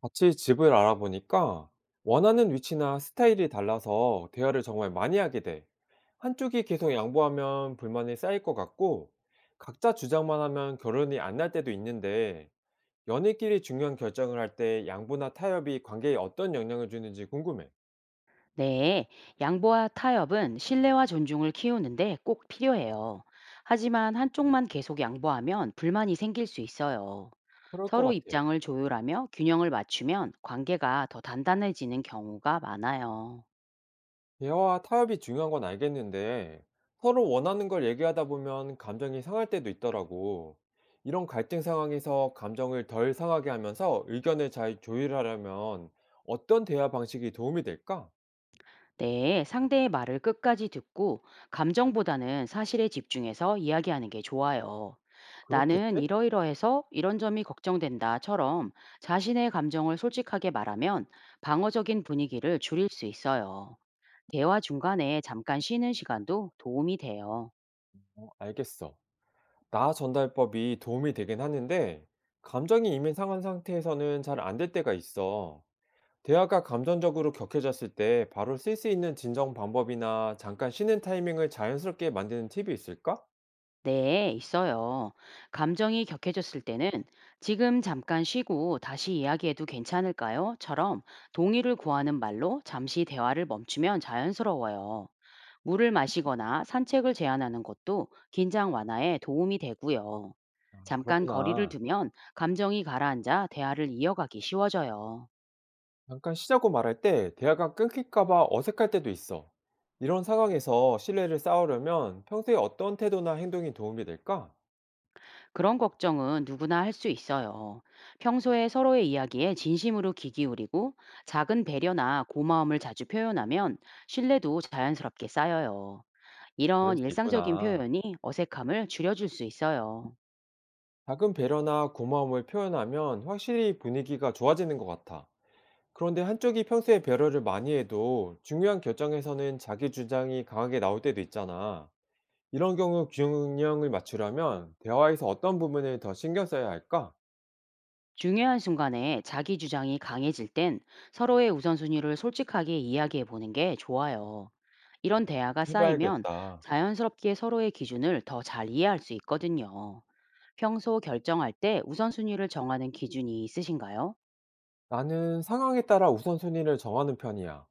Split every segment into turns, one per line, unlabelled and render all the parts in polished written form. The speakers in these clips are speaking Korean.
같이 집을 알아보니까 원하는 위치나 스타일이 달라서 대화를 정말 많이 하게 돼. 한쪽이 계속 양보하면 불만이 쌓일 것 같고, 각자 주장만 하면 결혼이 안 날 때도 있는데, 연인끼리 중요한 결정을 할 때 양보나 타협이 관계에 어떤 영향을 주는지 궁금해.
네, 양보와 타협은 신뢰와 존중을 키우는데 꼭 필요해요. 하지만 한쪽만 계속 양보하면 불만이 생길 수 있어요.
그럴 것
서로
같아.
입장을 조율하며 균형을 맞추면 관계가 더 단단해지는 경우가 많아요.
대화와 타협이 중요한 건 알겠는데 서로 원하는 걸 얘기하다 보면 감정이 상할 때도 있더라고. 이런 갈등 상황에서 감정을 덜 상하게 하면서 의견을 잘 조율하려면 어떤 대화 방식이 도움이 될까?
네, 상대의 말을 끝까지 듣고 감정보다는 사실에 집중해서 이야기하는 게 좋아요. 나는
그렇겠지?
이러이러해서 이런 점이 걱정된다처럼 자신의 감정을 솔직하게 말하면 방어적인 분위기를 줄일 수 있어요. 대화 중간에 잠깐 쉬는 시간도 도움이 돼요.
어, 알겠어. 나 전달법이 도움이 되긴 하는데 감정이 이미 상한 상태에서는 잘 안 될 때가 있어. 대화가 감정적으로 격해졌을 때 바로 쓸 수 있는 진정 방법이나 잠깐 쉬는 타이밍을 자연스럽게 만드는 팁이 있을까?
네, 있어요. 감정이 격해졌을 때는 지금 잠깐 쉬고 다시 이야기해도 괜찮을까요? 처럼 동의를 구하는 말로 잠시 대화를 멈추면 자연스러워요. 물을 마시거나 산책을 제안하는 것도 긴장 완화에 도움이 되고요.
아,
잠깐 거리를
그렇구나.
두면 감정이 가라앉아 대화를 이어가기 쉬워져요.
잠깐 쉬자고 말할 때 대화가 끊길까 봐 어색할 때도 있어. 이런 상황에서 신뢰를 쌓으려면 평소에 어떤 태도나 행동이 도움이 될까?
그런 걱정은 누구나 할 수 있어요. 평소에 서로의 이야기에 진심으로 귀 기울이고 작은 배려나 고마움을 자주 표현하면 신뢰도 자연스럽게 쌓여요.
그럴
이런
수
일상적인
있구나.
표현이 어색함을 줄여줄 수 있어요.
작은 배려나 고마움을 표현하면 확실히 분위기가 좋아지는 것 같아. 그런데 한쪽이 평소에 배려를 많이 해도 중요한 결정에서는 자기 주장이 강하게 나올 때도 있잖아. 이런 경우 균형을 맞추려면 대화에서 어떤 부분을 더 신경 써야 할까?
중요한 순간에 자기 주장이 강해질 땐 서로의 우선순위를 솔직하게 이야기해 보는 게 좋아요. 이런 대화가 쌓이면
해봐야겠다.
자연스럽게 서로의 기준을 더 잘 이해할 수 있거든요. 평소 결정할 때 우선순위를 정하는 기준이 있으신가요?
나는 상황에 따라 우선순위를 정하는 편이야.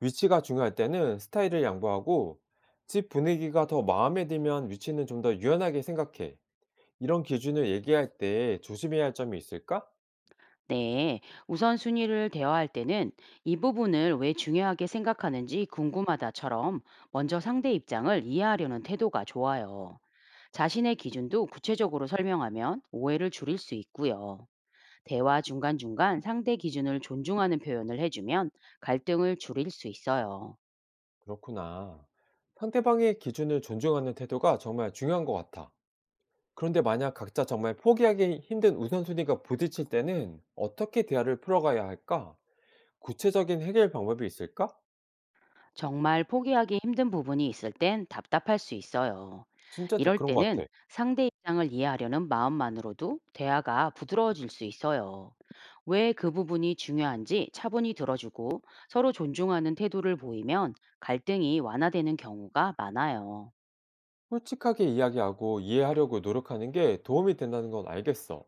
위치가 중요할 때는 스타일을 양보하고 집 분위기가 더 마음에 들면 위치는 좀 더 유연하게 생각해. 이런 기준을 얘기할 때 조심해야 할 점이 있을까?
네, 우선순위를 대화할 때는 이 부분을 왜 중요하게 생각하는지 궁금하다처럼 먼저 상대 입장을 이해하려는 태도가 좋아요. 자신의 기준도 구체적으로 설명하면 오해를 줄일 수 있고요. 대화 중간중간 상대 기준을 존중하는 표현을 해주면 갈등을 줄일 수 있어요.
그렇구나. 상대방의 기준을 존중하는 태도가 정말 중요한 것 같아. 그런데 만약 각자 정말 포기하기 힘든 우선순위가 부딪힐 때는 어떻게 대화를 풀어가야 할까? 구체적인 해결 방법이 있을까?
정말 포기하기 힘든 부분이 있을 땐 답답할 수 있어요.
진짜 다
이럴
그런 것
때는
같아.
상대 입장을 이해하려는 마음만으로도 대화가 부드러워질 수 있어요. 왜 그 부분이 중요한지 차분히 들어주고 서로 존중하는 태도를 보이면 갈등이 완화되는 경우가 많아요.
솔직하게 이야기하고 이해하려고 노력하는 게 도움이 된다는 건 알겠어.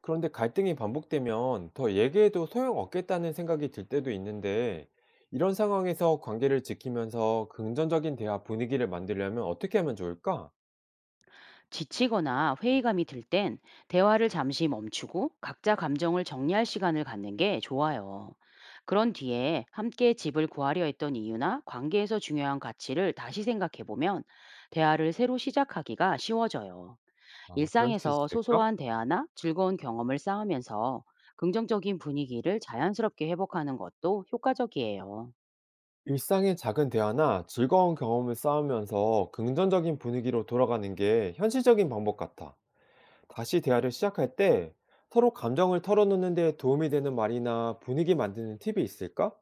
그런데 갈등이 반복되면 더 얘기해도 소용없겠다는 생각이 들 때도 있는데, 이런 상황에서 관계를 지키면서 긍정적인 대화 분위기를 만들려면 어떻게 하면 좋을까?
지치거나 회의감이 들 땐 대화를 잠시 멈추고 각자 감정을 정리할 시간을 갖는 게 좋아요. 그런 뒤에 함께 집을 구하려 했던 이유나 관계에서 중요한 가치를 다시 생각해 보면 대화를 새로 시작하기가 쉬워져요.
아, 그럴 수
일상에서
있을까?
소소한 대화나 즐거운 경험을 쌓으면서 긍정적인 분위기를 자연스럽게 회복하는 것도 효과적이에요.
일상의 작은 대화나 즐거운 경험을 쌓으면서 긍정적인 분위기로 돌아가는 게 현실적인 방법 같아. 다시 대화를 시작할 때 서로 감정을 털어놓는 데 도움이 되는 말이나 분위기 만드는 팁이 있을까?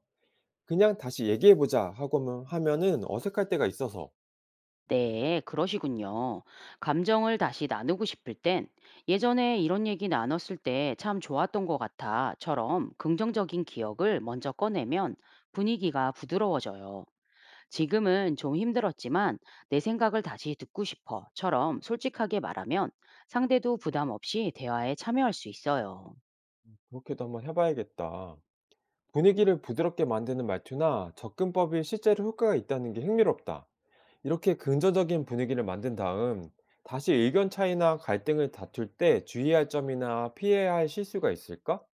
"그냥 다시 얘기해 보자." 하고 면 하면은 어색할 때가 있어서.
네, 그러시군요. 감정을 다시 나누고 싶을 땐 예전에 이런 얘기 나눴을 때 참 좋았던 것 같아처럼 긍정적인 기억을 먼저 꺼내면 분위기가 부드러워져요. 지금은 좀 힘들었지만 내 생각을 다시 듣고 싶어처럼 솔직하게 말하면 상대도 부담 없이 대화에 참여할 수 있어요.
그렇게도 한번 해 봐야겠다. 분위기를 부드럽게 만드는 말투나 접근법이 실제로 효과가 있다는 게 흥미롭다. 이렇게 긍정적인 분위기를 만든 다음 다시 의견 차이나 갈등을 다툴 때 주의할 점이나 피해야 할 실수가 있을까?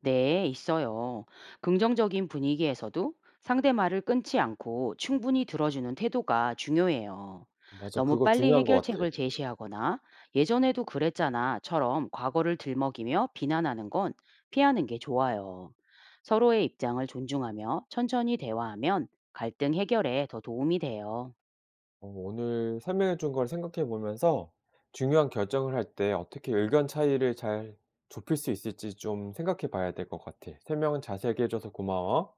네, 있어요. 긍정적인 분위기에서도 상대 말을 끊지 않고 충분히 들어주는 태도가 중요해요.
맞아.
너무
그거
빨리
중요한 것
해결책을
같아.
제시하거나 예전에도 그랬잖아처럼 과거를 들먹이며 비난하는 건 피하는 게 좋아요. 서로의 입장을 존중하며 천천히 대화하면 갈등 해결에 더 도움이 돼요.
어, 오늘 설명해 준 걸 생각해 보면서 중요한 결정을 할 때 어떻게 의견 차이를 잘 좁힐 수 있을지 좀 생각해 봐야 될 것 같아. 설명은 자세하게 해줘서 고마워.